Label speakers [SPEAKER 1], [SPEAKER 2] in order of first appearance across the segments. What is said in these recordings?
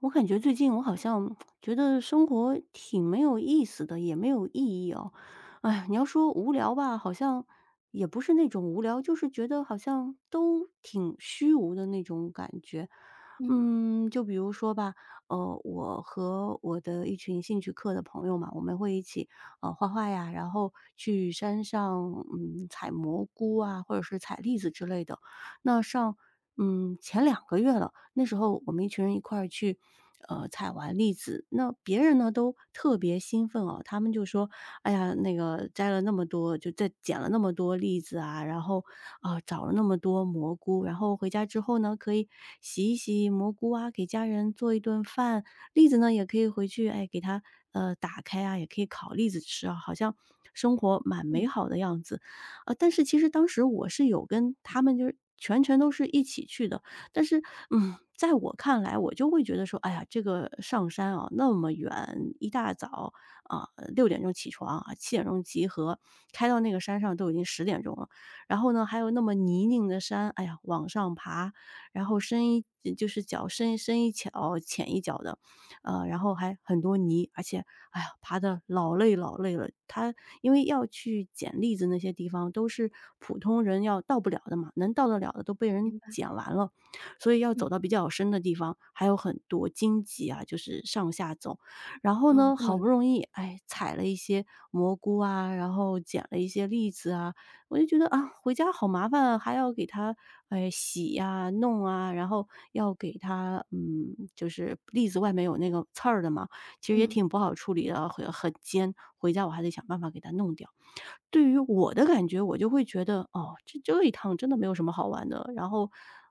[SPEAKER 1] 我感觉最近我好像觉得生活挺没有意思的，也没有意义哦。哎，你要说无聊吧，好像也不是那种无聊，就是觉得好像都挺虚无的那种感觉。
[SPEAKER 2] 嗯
[SPEAKER 1] 就比如说吧，我和我的一群兴趣课的朋友嘛，我们会一起画画呀，然后去山上采蘑菇啊，或者是采栗子之类的。那上前2个月了，那时候我们一群人一块儿去，采完栗子，那别人呢都特别兴奋哦，他们就说：“哎呀，那个摘了那么多就再捡了那么多栗子啊，然后，啊，找了那么多蘑菇，然后回家之后呢，可以洗一洗蘑菇啊，给家人做一顿饭，栗子呢也可以回去，哎，给它，打开啊，也可以烤栗子吃啊，好像生活蛮美
[SPEAKER 2] 嗯，
[SPEAKER 1] 好的样子。”但是其实当时我是有跟他们就是全程都是一起去的，但是，在我看来，我就会觉得说，哎呀，这个上山啊，那么远，一大早啊，6点钟起床啊，7点钟集合，开到那个山上都已经10点钟了。然后呢，还有那么泥泞的山，哎呀，往上爬，然后就是脚深深一脚浅一脚的，然后还很多泥，而且哎呀，爬得老累老累了。他因为要去捡栗子那些地方都是普通人要到不了的嘛，能到得了的都被人
[SPEAKER 2] 明白。
[SPEAKER 1] 捡完了，所以要
[SPEAKER 2] 嗯。
[SPEAKER 1] 走到比较深的地方，还有很多荆棘啊，就是上下走。然后
[SPEAKER 2] 哦，
[SPEAKER 1] 呢，
[SPEAKER 2] 这么
[SPEAKER 1] 好
[SPEAKER 2] 难。
[SPEAKER 1] 不容易，哎，采了一些蘑菇啊，然后捡了一些栗子啊，我就觉得啊，回家好麻烦啊，还要给它，哎，洗呀、弄啊，然后要给它，就是栗子外面有那个刺儿的嘛，其实也
[SPEAKER 2] 嗯
[SPEAKER 1] 挺不好处理的，很尖。回家我还得想办法给它弄掉。对于我的感觉，我就会觉得，哦，这一趟真的没有什么好玩的，然后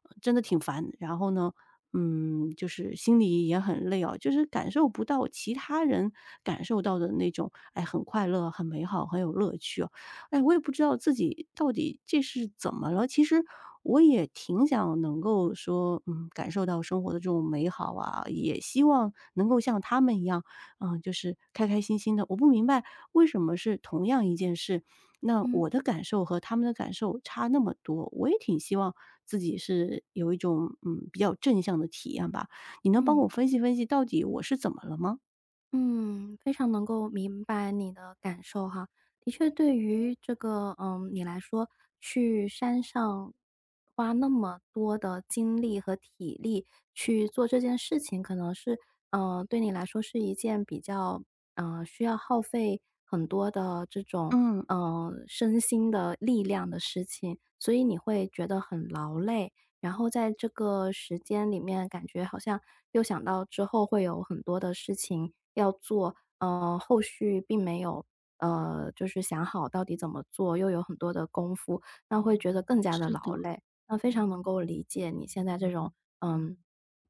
[SPEAKER 1] 真的挺烦，然后呢，就是心里也很累哦，就是感受不到其他人感受到的那种，哎，很快乐、很美好、很有乐趣哦。哎，我也不知道自己到底这是怎么了。其实我也挺想能够说，感受到生活的这种美好啊，也希望能够像他们一样，就是开开心心的。我不明白为什么是同样一件事，那
[SPEAKER 2] 嗯
[SPEAKER 1] 我的感受和他们的感受差那么多，我也挺希望自己是有一种，比较正向的体验吧。你能帮
[SPEAKER 2] 嗯
[SPEAKER 1] 我分析分析到底我是怎么了吗？
[SPEAKER 2] 嗯，非常能够明白你的感受哈。的确，对于这个，你来说，去山上花那么多的精力和体力去做这件事情，可能是，对你来说是一件比较，需要耗费很多的这种，
[SPEAKER 1] 嗯，
[SPEAKER 2] 身心的力量的事情，所以你会觉得很劳累。然后在这个时间里面，感觉好像又想到之后会有很多的事情要做，后续并没有，就是想好到底怎么做，又有很多的功夫，那会觉得更加的
[SPEAKER 1] 是的，
[SPEAKER 2] 劳累。那非常能够理解你现在这种，嗯，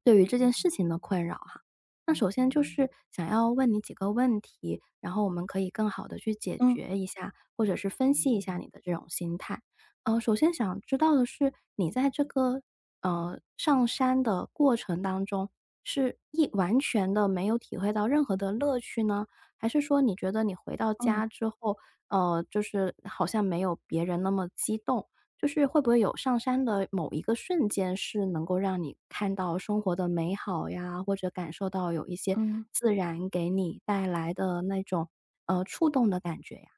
[SPEAKER 2] 对于这件事情的困扰哈。那首先就是想要问你几个问题，然后我们可以更好的去解
[SPEAKER 1] 嗯
[SPEAKER 2] 决一下，或者是分析一下你的这种心态。首先想知道的是，你在这个，上山的过程当中，是一完全的没有体会到任何的乐趣呢？还是说你觉得你回到
[SPEAKER 1] 嗯
[SPEAKER 2] 家之后，就是好像没有别人那么激动？就是会不会有上山的某一个瞬间是能够让你看到生活的美好呀，或者感受到有一些
[SPEAKER 1] 嗯。
[SPEAKER 2] 自然给你带来的那种，触动的感觉呀？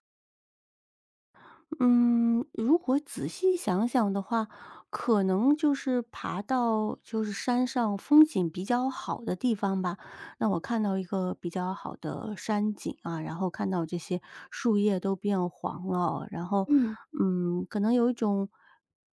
[SPEAKER 1] 嗯，如果仔细想想的话，可能就是爬到就是山上风景比较好的地方吧。那我看到一个比较好的山景啊，然后看到这些树叶都变黄了，然后，
[SPEAKER 2] 嗯，
[SPEAKER 1] 可能有一种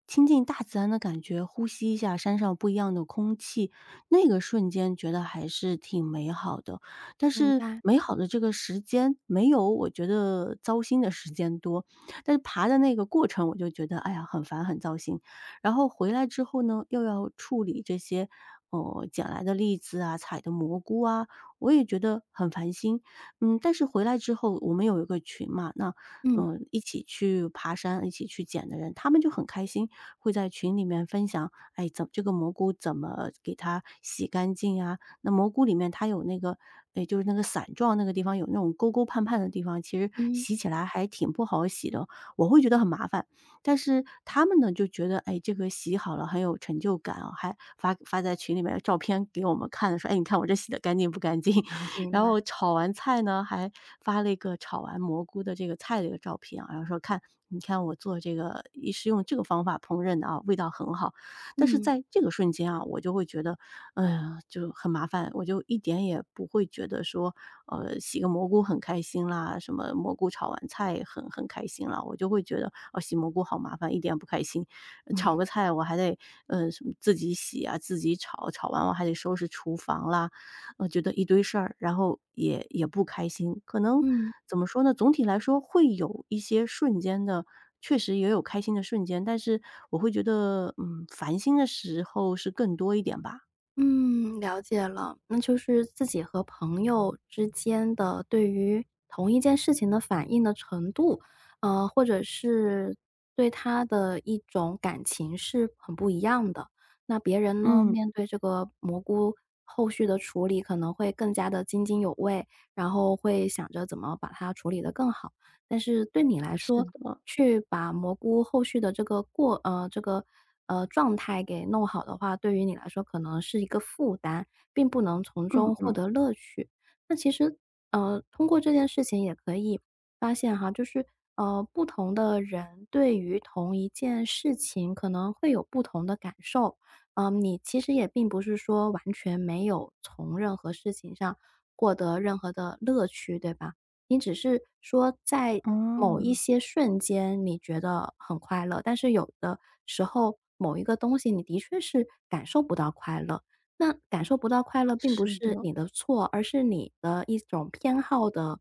[SPEAKER 1] 亲近大自然的感觉，呼吸一下山上不一样的空气，那个瞬间觉得还是挺美好的。但
[SPEAKER 2] 明
[SPEAKER 1] 是
[SPEAKER 2] 白。
[SPEAKER 1] 美好的这个时间没有我觉得糟心的时间多。但是爬的那个过程我就觉得，哎呀，很烦很糟心。然后回来之后呢，又要处理这些哦，捡来的栗子啊、采的蘑菇啊，我也觉得很烦心。但是回来之后我们有一个群嘛，那，
[SPEAKER 2] 嗯。
[SPEAKER 1] 一起去爬山、一起去捡的人，他们就很开心，会在群里面分享，哎，这个蘑菇怎么给它洗干净啊？那蘑菇里面它有那个，哎，就是那个伞状那个地方有那种沟沟盼盼的地方，其实
[SPEAKER 2] 嗯。
[SPEAKER 1] 洗起来还挺不好洗的。我会觉得很麻烦。但是他们呢，就觉得，哎，这个洗好了很有成就感啊，还发在群里面照片给我们看，说，哎，你看我这洗的干净不干净？
[SPEAKER 2] 明
[SPEAKER 1] 然
[SPEAKER 2] 白。
[SPEAKER 1] 后炒完菜呢，还发了一个炒完蘑菇的这个菜的一个照片啊，然后说看，你看我做这个也是用这个方法烹饪的啊，味道很好。但是
[SPEAKER 2] 嗯。
[SPEAKER 1] 在这个瞬间啊，我就会觉得哎呀，就很麻烦。我就一点也不会觉得说，洗个蘑菇很开心啦，什么蘑菇炒完菜很开心啦，我就会觉得，哦，洗蘑菇好麻烦，一点也不开心。炒个菜我还得，什么自己洗啊，自己炒，炒完我还得收拾厨房啦，我觉得一堆事儿，然后也不开心。可能
[SPEAKER 2] 嗯。
[SPEAKER 1] 怎么说呢？总体来说会有一些瞬间的。确实也有开心的瞬间，但是我会觉得，烦心的时候是更多一点吧。
[SPEAKER 2] 嗯，了解了。那就是自己和朋友之间的对于同一件事情的反应的程度，或者是对他的一种感情是很不一样的。那别人呢，
[SPEAKER 1] 嗯，
[SPEAKER 2] 面对这个蘑菇后续的处理可能会更加的津津有味，然后会想着怎么把它处理得更好。但是对你来
[SPEAKER 1] 是
[SPEAKER 2] 说，
[SPEAKER 1] 的。
[SPEAKER 2] 去把蘑菇后续的这个过呃，这个，呃，状态给弄好的话，对于你来说可能是一个负担，并不能从中
[SPEAKER 1] 嗯
[SPEAKER 2] 获
[SPEAKER 1] 嗯
[SPEAKER 2] 得乐趣。那其实，通过这件事情也可以发现哈，就是，不同的人对于同一件事情可能会有不同的感受。嗯，你其实也并不是说完全没有从任何事情上获得任何的乐趣，对吧？你只是说在
[SPEAKER 1] 嗯，
[SPEAKER 2] 某一
[SPEAKER 1] 哦，
[SPEAKER 2] 些瞬间你觉得很快乐，但是有的时候某一个东西你的确是感受不到快乐。那感受不到快乐并不
[SPEAKER 1] 是
[SPEAKER 2] 是
[SPEAKER 1] 的，
[SPEAKER 2] 你的错，而是你的一种偏好的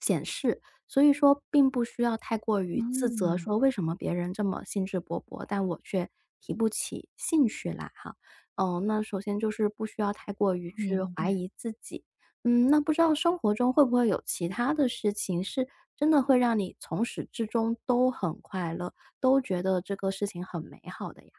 [SPEAKER 2] 显示。所以说并不需要太过于自责，
[SPEAKER 1] 嗯，
[SPEAKER 2] 说为什么别人这么兴致勃勃，但我却提不起兴趣来哈。嗯，那首先就是不需要太过于去
[SPEAKER 1] 明
[SPEAKER 2] 怀
[SPEAKER 1] 白。
[SPEAKER 2] 疑自己。嗯，那不知道生活中会不会有其他的事情，是真的会让你从始至终都很快乐，都觉得这个事情很美好的呀？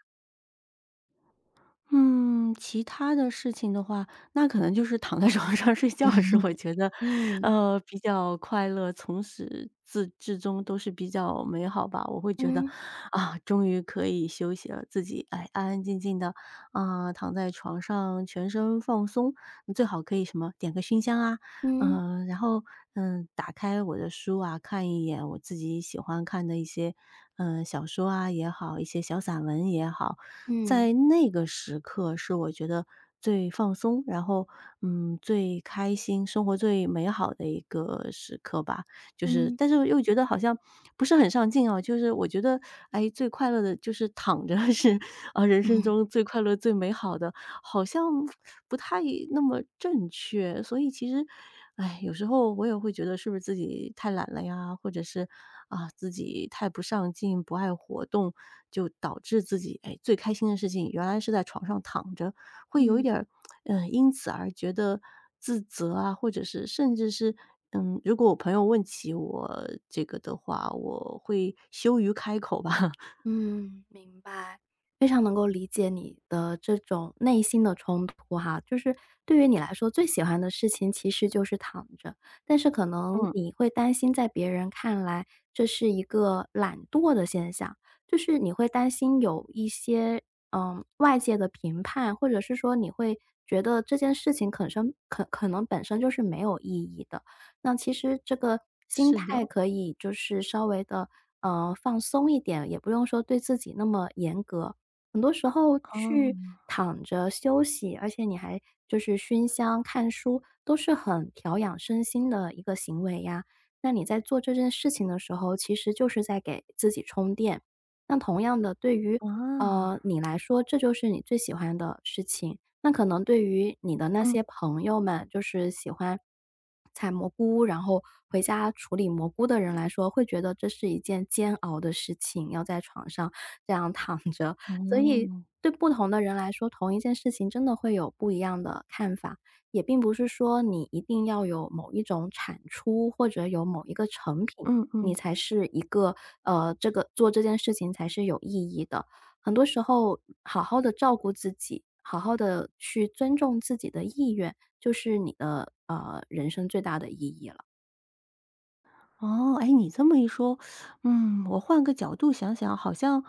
[SPEAKER 1] 嗯，其他的事情的话，那可能就是躺在 床上睡觉
[SPEAKER 2] 嗯
[SPEAKER 1] 是我觉得，
[SPEAKER 2] 嗯。
[SPEAKER 1] 比较快乐，从始至终都是比较美好吧。我会觉得，
[SPEAKER 2] 嗯
[SPEAKER 1] 啊，终于可以休息了，自己哎安安静静的啊、躺在床上全身放松，最好可以什么点个熏香啊，
[SPEAKER 2] 嗯
[SPEAKER 1] 然后打开我的书啊，看一眼我自己喜欢看的一些小说啊也好，一些小散文也好。
[SPEAKER 2] 嗯
[SPEAKER 1] 在那个时刻是我觉得最放松，然后，最开心，生活最美好的一个时刻吧。就是，
[SPEAKER 2] 嗯
[SPEAKER 1] 但是又觉得好像不是很上进啊。就是我觉得，哎，最快乐的就是躺着 是，啊，人生
[SPEAKER 2] 嗯
[SPEAKER 1] 中最快乐、最美好的。好像不太那么正确。所以其实，哎，有时候我也会觉得是不是自己太懒了呀，或者是啊自己太不上进、不爱活动，就导致自己哎最开心的事情原来是在床上躺着，会有一
[SPEAKER 2] 嗯。
[SPEAKER 1] 点儿因此而觉得自责啊，或者是甚至是。如果我朋友问起我这个的话，我会羞于开口吧。
[SPEAKER 2] 嗯，明白。非常能够理解你的这种内心的冲突哈。就是对于你来说，最喜欢的事情其实就是躺着，但是可能
[SPEAKER 1] 嗯，
[SPEAKER 2] 你会担心在别人看来这是一个懒惰的现象，就是你会担心有一些外界的评判，或者是说你会觉得这件事情可能可能本身就是没有意义的。那其实这个心
[SPEAKER 1] 是
[SPEAKER 2] 态
[SPEAKER 1] 的，
[SPEAKER 2] 可以就是稍微的，放松一点，也不用说对自己那么严格。很多时候去
[SPEAKER 1] 哦，
[SPEAKER 2] 躺着休息，而且你还就是熏香、看书，都是很调养身心的一个行为呀。那你在做这件事情的时候，其实就是在给自己充电。那同样的，对于，
[SPEAKER 1] 哇，
[SPEAKER 2] 你来说，这就是你最喜欢的事情。那可能对于你的那
[SPEAKER 1] 嗯，
[SPEAKER 2] 些朋友们，就是喜欢采蘑菇，然后回家处理蘑菇的人来说，会觉得这是一件煎熬的事情，要在床上这样躺着。所以
[SPEAKER 1] 哦，
[SPEAKER 2] 对不同的人来说，同一件事情真的会有不一样的看法，也并不是说你一定要有某一种产出或者有某一个成品，
[SPEAKER 1] 嗯
[SPEAKER 2] 你
[SPEAKER 1] 嗯，
[SPEAKER 2] 才是一个，这个做这件事情才是有意义的。很多时候好好的照顾自己，好好的去尊重自己的意愿，就是你的，人生最大的意义了。
[SPEAKER 1] 哦，哎，你这么一说，我换个角度想想，好像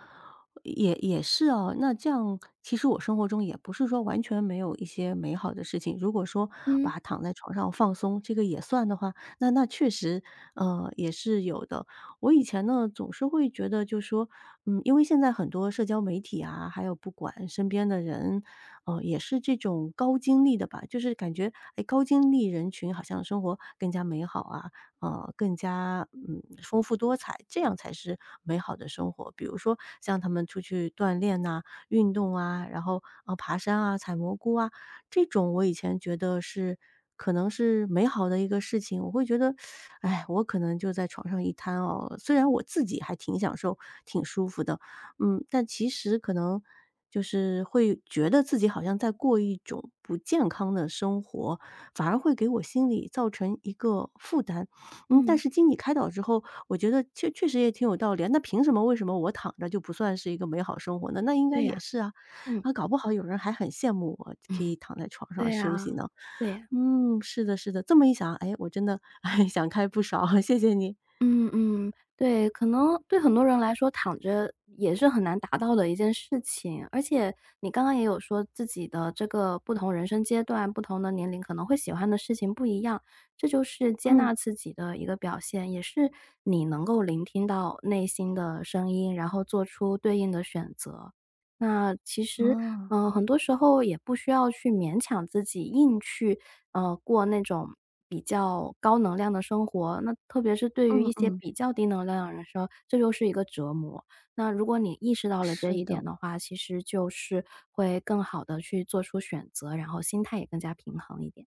[SPEAKER 1] 也是哦。那这样，其实我生活中也不是说完全没有一些美好的事情。如果说
[SPEAKER 2] 嗯。
[SPEAKER 1] 把躺在床上放松这个也算的话，那确实，也是有的。我以前呢，总是会觉得，就说，因为现在很多社交媒体啊，还有不管身边的人，也是这种高精力的吧，就是感觉，哎，高精力人群好像生活更加美好啊。更加丰富多彩，这样才是美好的生活。比如说像他们出去锻炼呐、运动啊，然后啊、爬山啊、采蘑菇啊，这种我以前觉得是可能是美好的一个事情，我会觉得，哎，我可能就在床上一瘫哦。虽然我自己还挺享受、挺舒服的，但其实可能就是会觉得自己好像在过一种不健康的生活，反而会给我心里造成一个负担。但
[SPEAKER 2] 嗯，
[SPEAKER 1] 是经你开导之后，我觉得确实也挺有道理啊。那凭什么为什么我躺着就不算是一个美好生活呢？那应该
[SPEAKER 2] 对
[SPEAKER 1] 也
[SPEAKER 2] 呀。
[SPEAKER 1] 是啊，
[SPEAKER 2] 嗯
[SPEAKER 1] 啊，搞不好有人还很羡慕我可以躺在床 上
[SPEAKER 2] 对呀，
[SPEAKER 1] 休息呢。
[SPEAKER 2] 对呀。
[SPEAKER 1] 嗯，是的，是的，这么一想，哎，我真的 哎，想开不少，谢谢你。
[SPEAKER 2] 嗯嗯，对，可能对很多人来说，躺着也是很难达到的一件事情。而且你刚刚也有说自己的这个不同人生阶段、不同的年龄可能会喜欢的事情不一样，这就是接
[SPEAKER 1] 嗯，
[SPEAKER 2] 纳自己的一个表现，也是你能够聆听到内心的声音，然后做出对应的选择。那其实，
[SPEAKER 1] 啊，
[SPEAKER 2] 嗯，很多时候也不需要去勉强自己硬去，过那种比较高能量的生活。那特别是对于
[SPEAKER 1] 嗯
[SPEAKER 2] 一些
[SPEAKER 1] 嗯，
[SPEAKER 2] 比较低能量的人说，这就是一个折磨。那如果你意识到了这
[SPEAKER 1] 是
[SPEAKER 2] 一
[SPEAKER 1] 的，
[SPEAKER 2] 点的话，其实就是会更好的去做出选择，然后心态也更加平衡一点。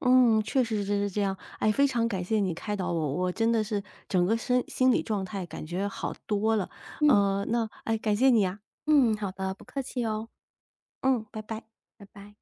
[SPEAKER 1] 嗯，确实是这样。哎，非常感谢你开导我，我真的是整个身心理状态感觉好多了。
[SPEAKER 2] 嗯。
[SPEAKER 1] 那哎，感谢你啊，
[SPEAKER 2] 嗯，好的，不客气哦。
[SPEAKER 1] 嗯，拜拜。
[SPEAKER 2] 拜拜。